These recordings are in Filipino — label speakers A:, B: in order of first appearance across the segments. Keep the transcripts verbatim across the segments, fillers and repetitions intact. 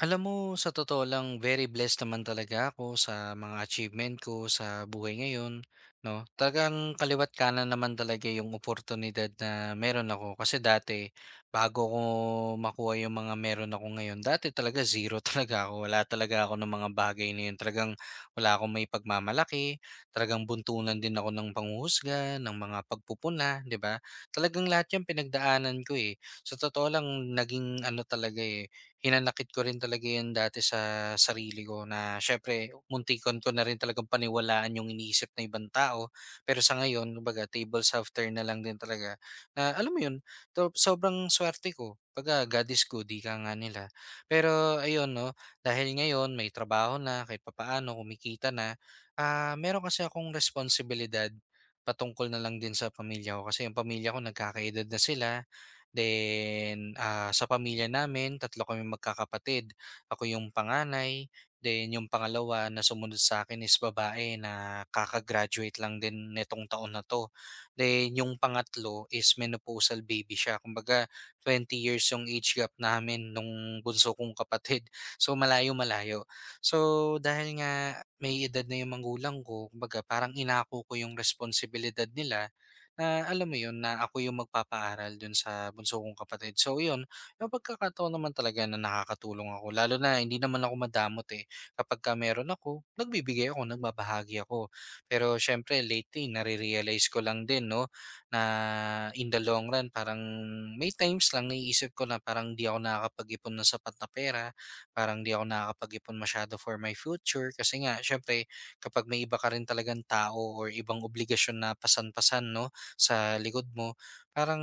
A: Alam mo, sa totoo lang, very blessed naman talaga ako sa mga achievement ko sa buhay ngayon, no? Talagang kaliwat kanan naman talaga yung oportunidad na meron ako. Kasi dati, bago ko makuha yung mga meron ako ngayon, dati talaga zero talaga ako. Wala talaga ako ng mga bagay na yun. Talagang wala akong may pagmamalaki. Talagang buntunan din ako ng panghuhusga, ng mga pagpupuna, di ba? Talagang lahat yung pinagdaanan ko eh. Sa totoo lang, naging ano talaga eh hinanakit ko rin talaga 'yun dati sa sarili ko na siyempre muntikan ko na rin talagang paniwalaan yung iniisip ng ibang tao. Pero sa ngayon, kumbaga tables have turned na lang din talaga na alam mo 'yun, to sobrang swerte ko. Kumbaga God is good, ika nga nila. Pero ayun 'no, dahil ngayon may trabaho na, kahit papaano kumikita na, ah, meron kasi akong responsibilidad patungkol na lang din sa pamilya ko kasi yung pamilya ko nagkakaedad na sila. Then, ah, sa pamilya namin, tatlo kami magkakapatid. Ako yung panganay, then yung pangalawa na sumunod sa akin is babae na kaka-graduate lang din netong taon na 'to. Then yung pangatlo is menopausal baby siya. Kumbaga twenty years yung age gap namin nung bunso kong kapatid. So, malayo-malayo. So, dahil nga may edad na yung magulang ko, kumbaga parang inako ko yung responsibilidad nila na alam mo yun, na ako yung magpapaaral dun sa bunso kong kapatid. So yun, yung pagkakataon naman talaga na nakakatulong ako. Lalo na hindi naman ako madamot eh. Kapag ka meron ako, nagbibigay ako, nagbabahagi ako. Pero syempre lately, nare-realize ko lang din no, na in the long run, parang may times lang naiisip ko na parang di ako nakakapag-ipon ng sapat na pera. Parang di ako nakakapag-ipon masyado for my future. Kasi nga, syempre, kapag may iba ka rin talagang tao or ibang obligasyon na pasan-pasan, no? Sa likod mo, parang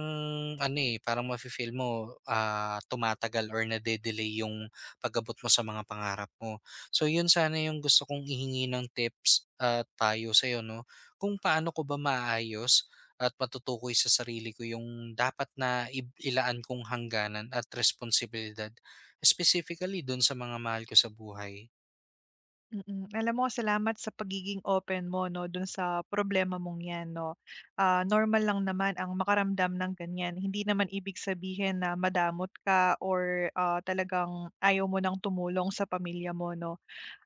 A: ano, eh, parang mafe-feel mo, ah, tumatagal or nade-delay yung pag-abot mo sa mga pangarap mo. So yun sana yung gusto kong ihingi ng tips at payo sa'yo 'no, kung paano ko ba maayos at matutukoy sa sarili ko yung dapat na ib ilaan kong hangganan at responsibilidad, specifically dun sa mga mahal ko sa buhay.
B: Mm. Alam mo salamat sa pagiging open mo 'no, do'n sa problema mong 'yan 'no. Ah, normal lang naman ang makaramdam ng ganiyan, hindi naman ibig sabihin na madamot ka or, ah, talagang ayaw mo ng tumulong sa pamilya mo 'no.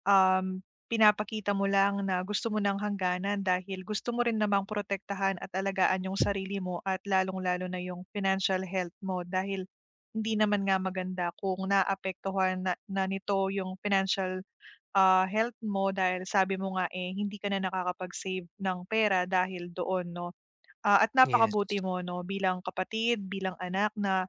B: Um, Pinapakita mo lang na gusto mo ng hangganan dahil gusto mo rin namang protektahan at alagaan yung sarili mo at lalong-lalo na yung financial health mo dahil hindi naman nga maganda kung naapektuhan na na nito yung financial ah, health mo dahil sabi mo nga, eh, hindi ka na nakakapag-save ng pera dahil doon 'no. Ah, at
A: Yes.
B: napakabuti mo 'no bilang kapatid, bilang anak na,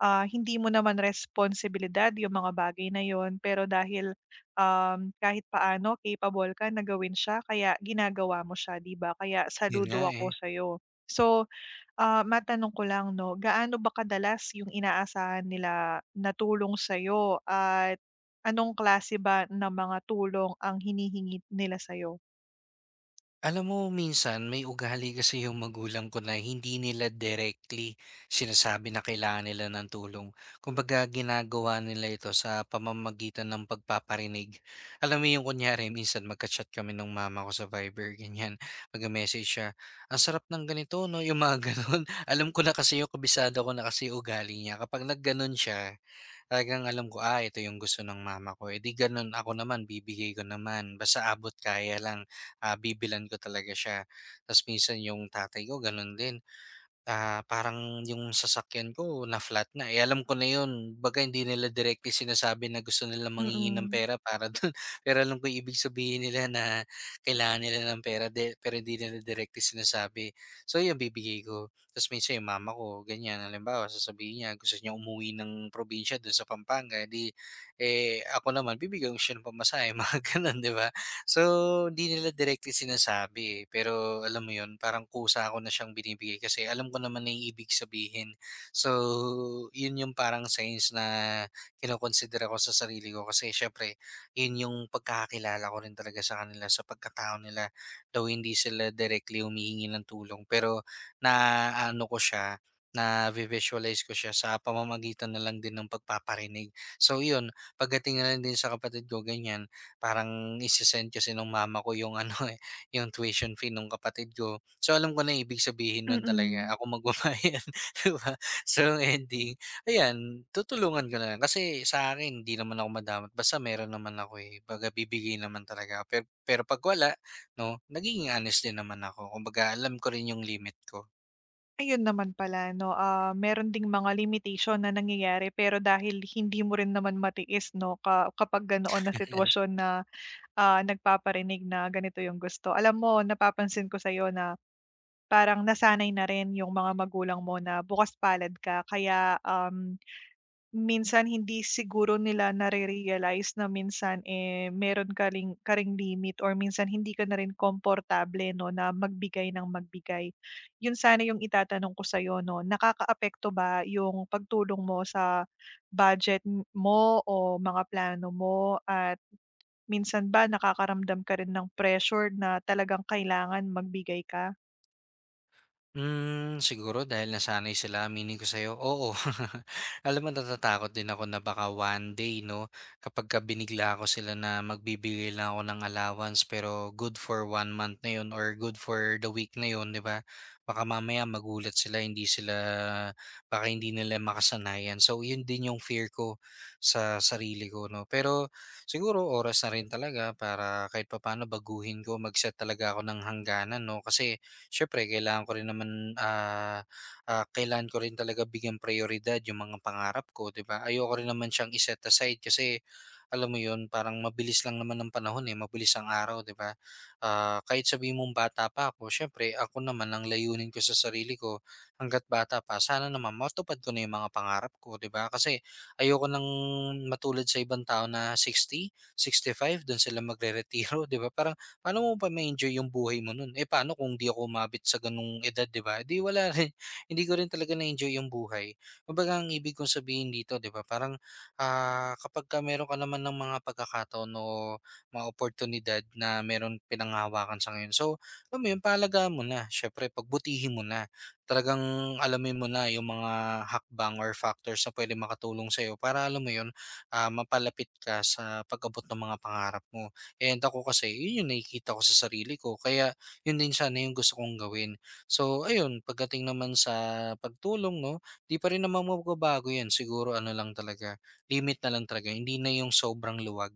B: ah, hindi mo naman responsibilidad yung mga bagay na yon pero dahil, um, kahit paano capable ka na gawin siya kaya ginagawa mo siya 'di ba? Kaya
A: Yun nga,
B: saludo ako
A: eh.
B: sa sa'yo. So Ah, matanong ko lang 'no, gaano ba kadalas yung inaasahan nila na tulong sa'yo at anong klase ba ng mga tulong ang hinihingi nila sa'yo?
A: Alam mo minsan may ugali kasi yung magulang ko na hindi nila directly sinasabi na kailangan nila ng tulong. Kumbaga ginagawa nila ito sa pamamagitan ng pagpaparinig. Alam mo yung kunyari minsan magka-chat kami ng mama ko sa Viber ganyan, magme-message siya, "Ang sarap ng ganito 'no," yung mga gano'n. Alam ko na kasi yung kabisado ko na kasi ugali niya kapag nagganon siya. Talagang alam ko, ah, ito yung gusto ng mama ko, eh, di gano'n ako naman bibigay ko naman basta abot kaya lang, ah, bibilhan ko talaga siya. Ta's minsan yung tatay ko gano'n din. Ah, parang yung sasakyan ko na-flat na, eh, alam ko na yun. Kumbaga hindi nila directly sinasabi na gusto nila manghingi ng
B: Mm,
A: pera para dun, pero alam ko ibig sabihin nila na kailangan nila ng pera de pero hindi nila directly sinasabi. So yun bibigay ko. Tapos minsan yung mama ko ganyan, halimbawa sasabihin niya gusto niya umuwi ng probinsya dun sa Pampanga, eh, di eh, ako naman bibigyan ko siya ng pamasahe mga ganun, 'di ba? So, di nila directly sinasabi, eh, pero alam mo 'yun, parang kusa ako na siyang binibigay kasi alam ko naman na yung ibig sabihin. So, 'yun yung parang signs na kinokonsidera ko sa sarili ko kasi syempre, 'yun yung pagkakakilala ko rin talaga sa kanila, sa pagkatao nila. Though hindi sila directly humihingi ng tulong, pero na ano ko siya, na-visualize ko siya sa pamamagitan na lang din ng pagpaparinig. So, 'yun, pagdating na lang din sa kapatid ko, ganyan, parang ise-send kasi nung mama ko yung ano, eh, yung tuition fee nung kapatid ko. So, alam ko na ibig sabihin nun talaga
B: mm.
A: ako magbabayad, 'di ba? So, ending, ayan, tutulungan ko na lang kasi sa akin hindi naman ako madamot basta meron naman ako, eh, kumbaga bibigay naman talaga ako. Pe pero 'pag wala 'no, naging honest din naman ako kumbaga alam ko rin yung limit ko.
B: Ayun naman pala 'no, ah, meron ding mga limitation na nangyayari pero dahil hindi mo rin naman matiis 'no, ka kapag ganoon na sitwasyon na, ah, nagpaparinig na ganito yung gusto. Alam mo napapansin ko sa'yo na parang nasanay na rin yung mga magulang mo na bukas palad ka kaya, um minsan hindi siguro nila nare-realize na minsan, eh, meron ka ring ka ring limit or minsan hindi ka na rin komportable 'no, na magbigay ng magbigay. Yun sana yung itatanong ko sa 'no, nakakaapekto ba yung pagtulong mo sa budget m- mo o mga plano mo at minsan ba nakakaramdam ka rin ng pressure na talagang kailangan magbigay ka?
A: Hmm, siguro dahil nasanay sila aminin ko sa'yo, oo. Alam mo natatakot din ako na baka one day 'no, kapagka binigla ako sila na magbibigay lang ako ng allowance pero good for one month na 'yun or good for the week na 'yun, 'di ba? Baka mamaya magulat sila hindi sila baka hindi nila makasanayan. So 'yun din yung fear ko sa sarili ko 'no. Pero siguro oras na rin talaga para kahit papaano baguhin ko, mag-set talaga ako ng hangganan 'no, kasi siyempre kailangan ko rin naman, ah, ah, kailangan ko rin talaga bigyan prioridad yung mga pangarap ko, 'di ba? Ayoko rin naman siyang i-set aside kasi alam mo yun, parang mabilis lang naman ng panahon eh, mabilis ang araw, 'di ba? Ah, kahit sabihin mong bata pa ako, siyempre ako naman ang layunin ko sa sarili ko hangga't bata pa. Sana naman matupad ko na yung mga pangarap ko, 'di ba? Kasi ayoko nang matulad sa ibang tao na sixty sixty-five doon sila magreretiro, 'di ba? Parang paano mo pa ma-enjoy yung buhay mo nun? Eh, paano kung di ako umabot sa ganung edad, 'di ba? Eh, di wala rin hindi ko rin talaga na-enjoy yung buhay. Kumbaga ang ibig kong sabihin dito, 'di ba, parang, ah, kapag ka meron ka naman ng mga pagkakataon o mga oportunidad na meron pinanghahawakan sa ngayon. So, alam mo yun, pahalagahan mo na, siyempre pagbutihin mo na. Talagang alamin mo na yung mga hakbang or factors na pwede makatulong sa'yo para alam mo yun, ah, mapalapit ka sa pag-abot ng mga pangarap mo. And ako kasi, yun yung nakikita ko sa sarili ko kaya yun din sana yung gusto kong gawin. So ayun, pagdating naman sa pagtulong 'no, 'di pa rin naman magbabago yan siguro ano lang talaga, limit na lang talaga hindi na yung sobrang luwag.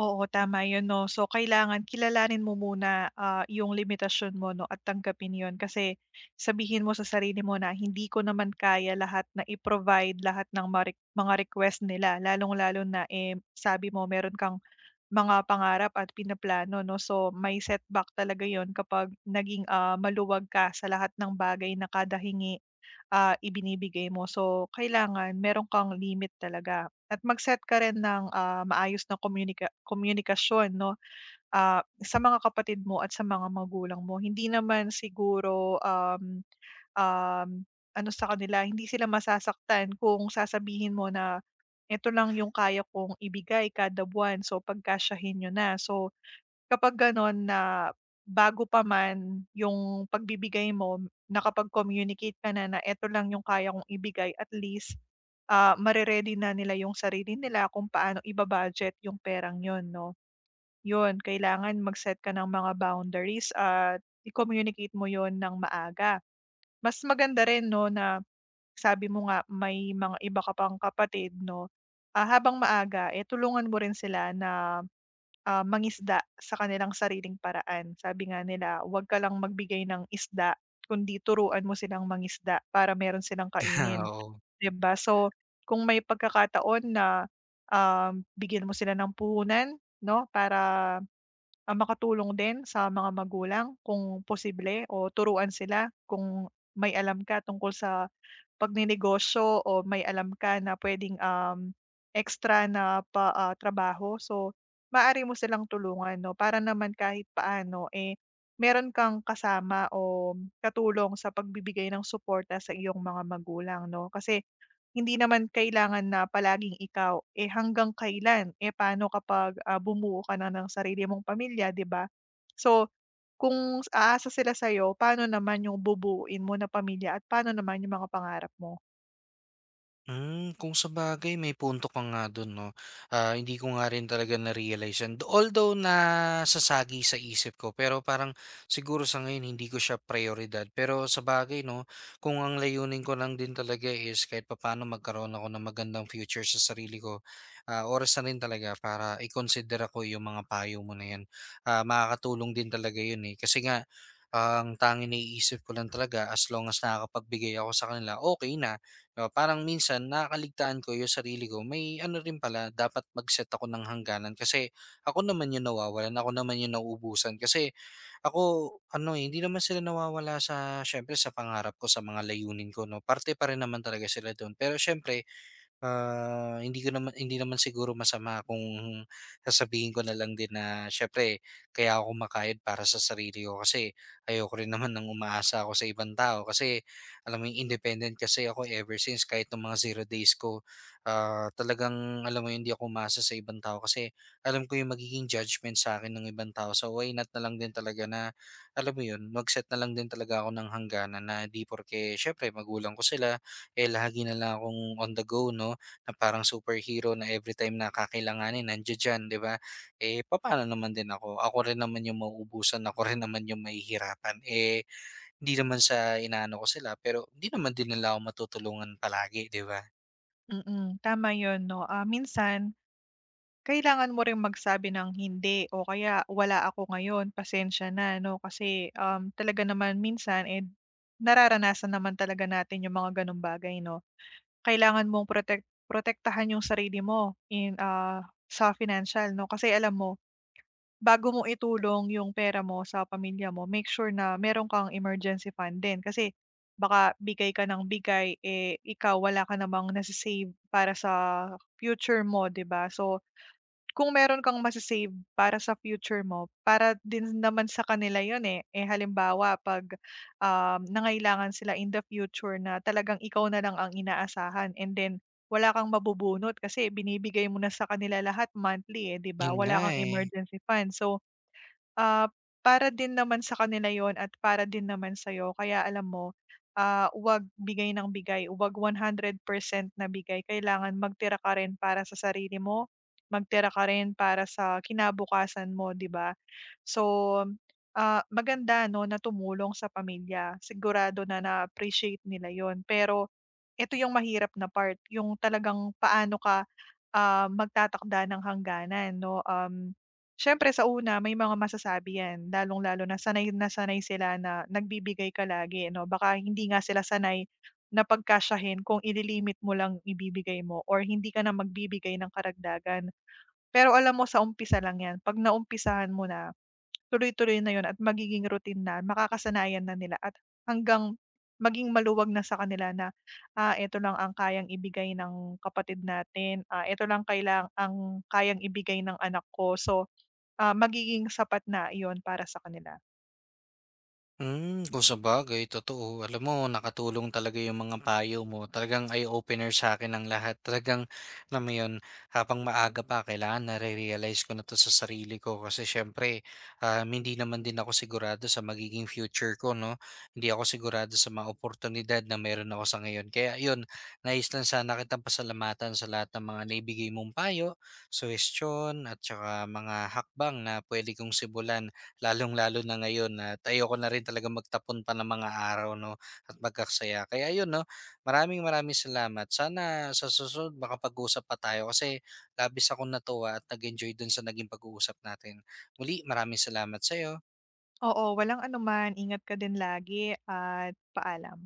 B: Oo, tama yun 'no. So, kailangan kilalanin mo muna, ah, yung limitasyon mo 'no at tanggapin yun. Kasi sabihin mo sa sarili mo na, "Hindi ko naman kaya lahat na i-provide lahat ng mga rek mga request nila." Lalong-lalo na, eh, sabi mo meron kang mga pangarap at pinaplano 'no. So, may setback talaga yon kapag naging, ah, maluwag ka sa lahat ng bagay na kada hingi, ah, ibinibigay mo. So, kailangan meron kang limit talaga at mag-set ka rin ng, ah, maayos na komunika komunikasyon 'no, ah, sa mga kapatid mo at sa mga magulang mo. Hindi naman siguro, um um, ano sa kanila, hindi sila masasaktan kung sasabihin mo na, "Eto lang yung kaya kong ibigay kada buwan, so pagkasyahin niyo na." So, kapag gano'n na bago pa man yung pagbibigay mo, nakapag-communicate ka na na, "Eto lang yung kaya kong ibigay." At least, ah, mare na nila yung sarili nila kung paano ibabudget yung perang 'yon 'no. Yun kailangan mag-set ka ng mga boundaries at i-communicate mo 'yon ng maaga. Mas maganda rin 'no na sabi mo nga may mga iba ka pang kapatid 'no, ah, habang maaga, eh, tulungan mo rin sila na, ah, mangisda sa kanilang sariling paraan. Sabi nga nila, huwag ka lang magbigay ng isda kundi turuan mo silang mangisda para meron silang kainin,
A: Oo.
B: 'di ba? So, kung may pagkakataon na, um, bigyan mo sila ng puhunan 'no para Ah, makatulong din sa mga magulang kung posible o turuan sila kung may alam ka tungkol sa pagnenegosyo o may alam ka na puwedeng, um, extra na pa ah, trabaho. So, maaari mo silang tulungan 'no, para naman kahit paano, eh, meron kang kasama o katulong sa pagbibigay ng suporta sa iyong mga magulang 'no. Kasi hindi naman kailangan na palaging ikaw, eh, hanggang kailan, eh, paano kapag, ah, bumuo ka na ng sarili mong pamilya, 'di ba? So, kung aasa sila sa'yo, paano naman yung bubuuin mo na pamilya at paano naman yung mga pangarap mo?
A: Hmm, kung sa bagay may punto ka nga dun 'no. Ah, hindi ko nga rin talaga na-realize 'yan. Though- Although nasasagi sa isip ko, pero parang siguro sa ngayon hindi ko siya prayoridad. Pero sa bagay 'no, kung ang layunin ko lang din talaga is kahit papaano magkaroon ako ng magandang future sa sarili ko, ah, oras na rin talaga para ikonsidera ko yung mga payo mo na 'yan. Ah, makakatulong din talaga yun, eh. Kasi nga ang tanging naiisip ko lang talaga as long as nakakapagbigay ako sa kanila, okay na. Oh, parang minsan nakakaligtaan ko yung sarili ko. May ano rin pala, dapat mag-set ako ng hangganan kasi ako naman yung nawawalan, ako naman yung nauubusan kasi ako ano eh, hindi naman sila nawawala sa syempre sa pangarap ko, sa mga layunin ko, no. Parte pa rin naman talaga sila doon. Pero syempre, Ah, hindi ko naman hindi naman siguro masama kung sasabihin ko na lang din na siyempre kaya ako kumakayod para sa sarili ko kasi ayoko rin naman ng umaasa ako sa ibang tao kasi alam mo yung independent kasi ako ever since kahit nung mga zero days ko ah, talagang alam mo yun, hindi ako umaasa sa ibang tao kasi alam ko yung magiging judgment sa akin ng ibang tao so why not na lang din talaga na alam mo yun mag-set na lang din talaga ako ng hangganan na di porke syempre magulang ko sila eh, lagi na lang akong on the go 'no, na parang superhero na everytime na kakailanganin nandiya diyan, 'di ba? Eh, papaano naman din ako? Ako rin naman yung mauubusan, ako rin naman yung mahihirapan. Eh, hindi naman sa inaano ko sila pero hindi naman din nila ako matutulungan palagi, 'di ba?
B: Mm, tama yun 'no. Ah, minsan kailangan mo ring magsabi ng hindi o kaya wala ako ngayon, pasensya na 'no, kasi, um, talaga naman minsan, eh, nararanasan naman talaga natin yung mga gano'ng bagay 'no. Kailangan mong protek protektahan yung sarili mo in, ah, sa financial 'no, kasi alam mo bago mo itulong yung pera mo sa pamilya mo, make sure na meron kang emergency fund din kasi baka bigay ka ng bigay, eh, ikaw wala ka namang nasa save para sa future mo, 'di ba? So, kung meron kang masa para sa future mo, para din naman sa kanila yun, eh. Eh, halimbawa 'pag, um, nangailangan sila in the future na talagang ikaw na lang ang inaasahan and then wala kang mabubunot kasi binibigay mo na sa kanila lahat monthly, eh, 'di ba?
A: Yun nga,
B: Wala kang
A: eh.
B: emergency fund. So, Ah, para din naman sa kanila yon at para din naman sa'yo kaya alam mo, ah, wag bigay ng bigay, huwag one hundred percent na bigay. Kailangan magtira ka rin para sa sarili mo, magtira ka rin para sa kinabukasan mo, 'di ba? So, ah, maganda 'no na tumulong sa pamilya, sigurado na na-appreciate nila yon pero ito yung mahirap na part, yung talagang paano ka, ah, magtatakda ng hangganan 'no. Um, siyempre sa una may mga masasabi 'yan, lalong-lalo na sanay na sanay sila na nagbibigay ka lagi 'no. Baka hindi nga sila sanay na pagkasyahin kung ililimit mo lang ibibigay mo or hindi ka na magbibigay ng karagdagan. Pero alam mo sa umpisa lang 'yan, 'pag naumpisahan mo na tuloy-tuloy na 'yun at magiging routine na, makakasanayan na nila at hanggang maging maluwag na sa kanila na, ah, eto lang ang kayang ibigay ng kapatid natin, ah, eto lang kaila ang kayang ibigay ng anak ko. So, ah, magiging sapat na yon para sa kanila.
A: Hmm, kung sabagay totoo. Alam mo nakatulong talaga yung mga payo mo. Talagang eye-opener sa'kin ang lahat. Talagang alam mo yun, habang maaga pa kailangan nare-realize ko na 'to sa sarili ko kasi siyempre, um, hindi naman din ako sigurado sa magiging future ko 'no. Hindi ako sigurado sa mga oportunidad na meron ako sa ngayon. Kaya yun, nais lang sana kitang pasalamatan sa lahat ng mga naibigay mong payo, suhestiyon at tsaka mga hakbang na puwede kong simulan lalong-lalo na ngayon at ayoko na rin talaga magtapon pa ng mga araw 'no at magkaksaya. Kaya ayun 'no, maraming maraming salamat. Sana sa susunod makapag-usap pa tayo kasi labis akong natuwa at nag-enjoy dun sa naging pag-uusap natin. Muli, maraming salamat sa'yo.
B: Oo, walang anuman. Ingat ka din lagi at paalam.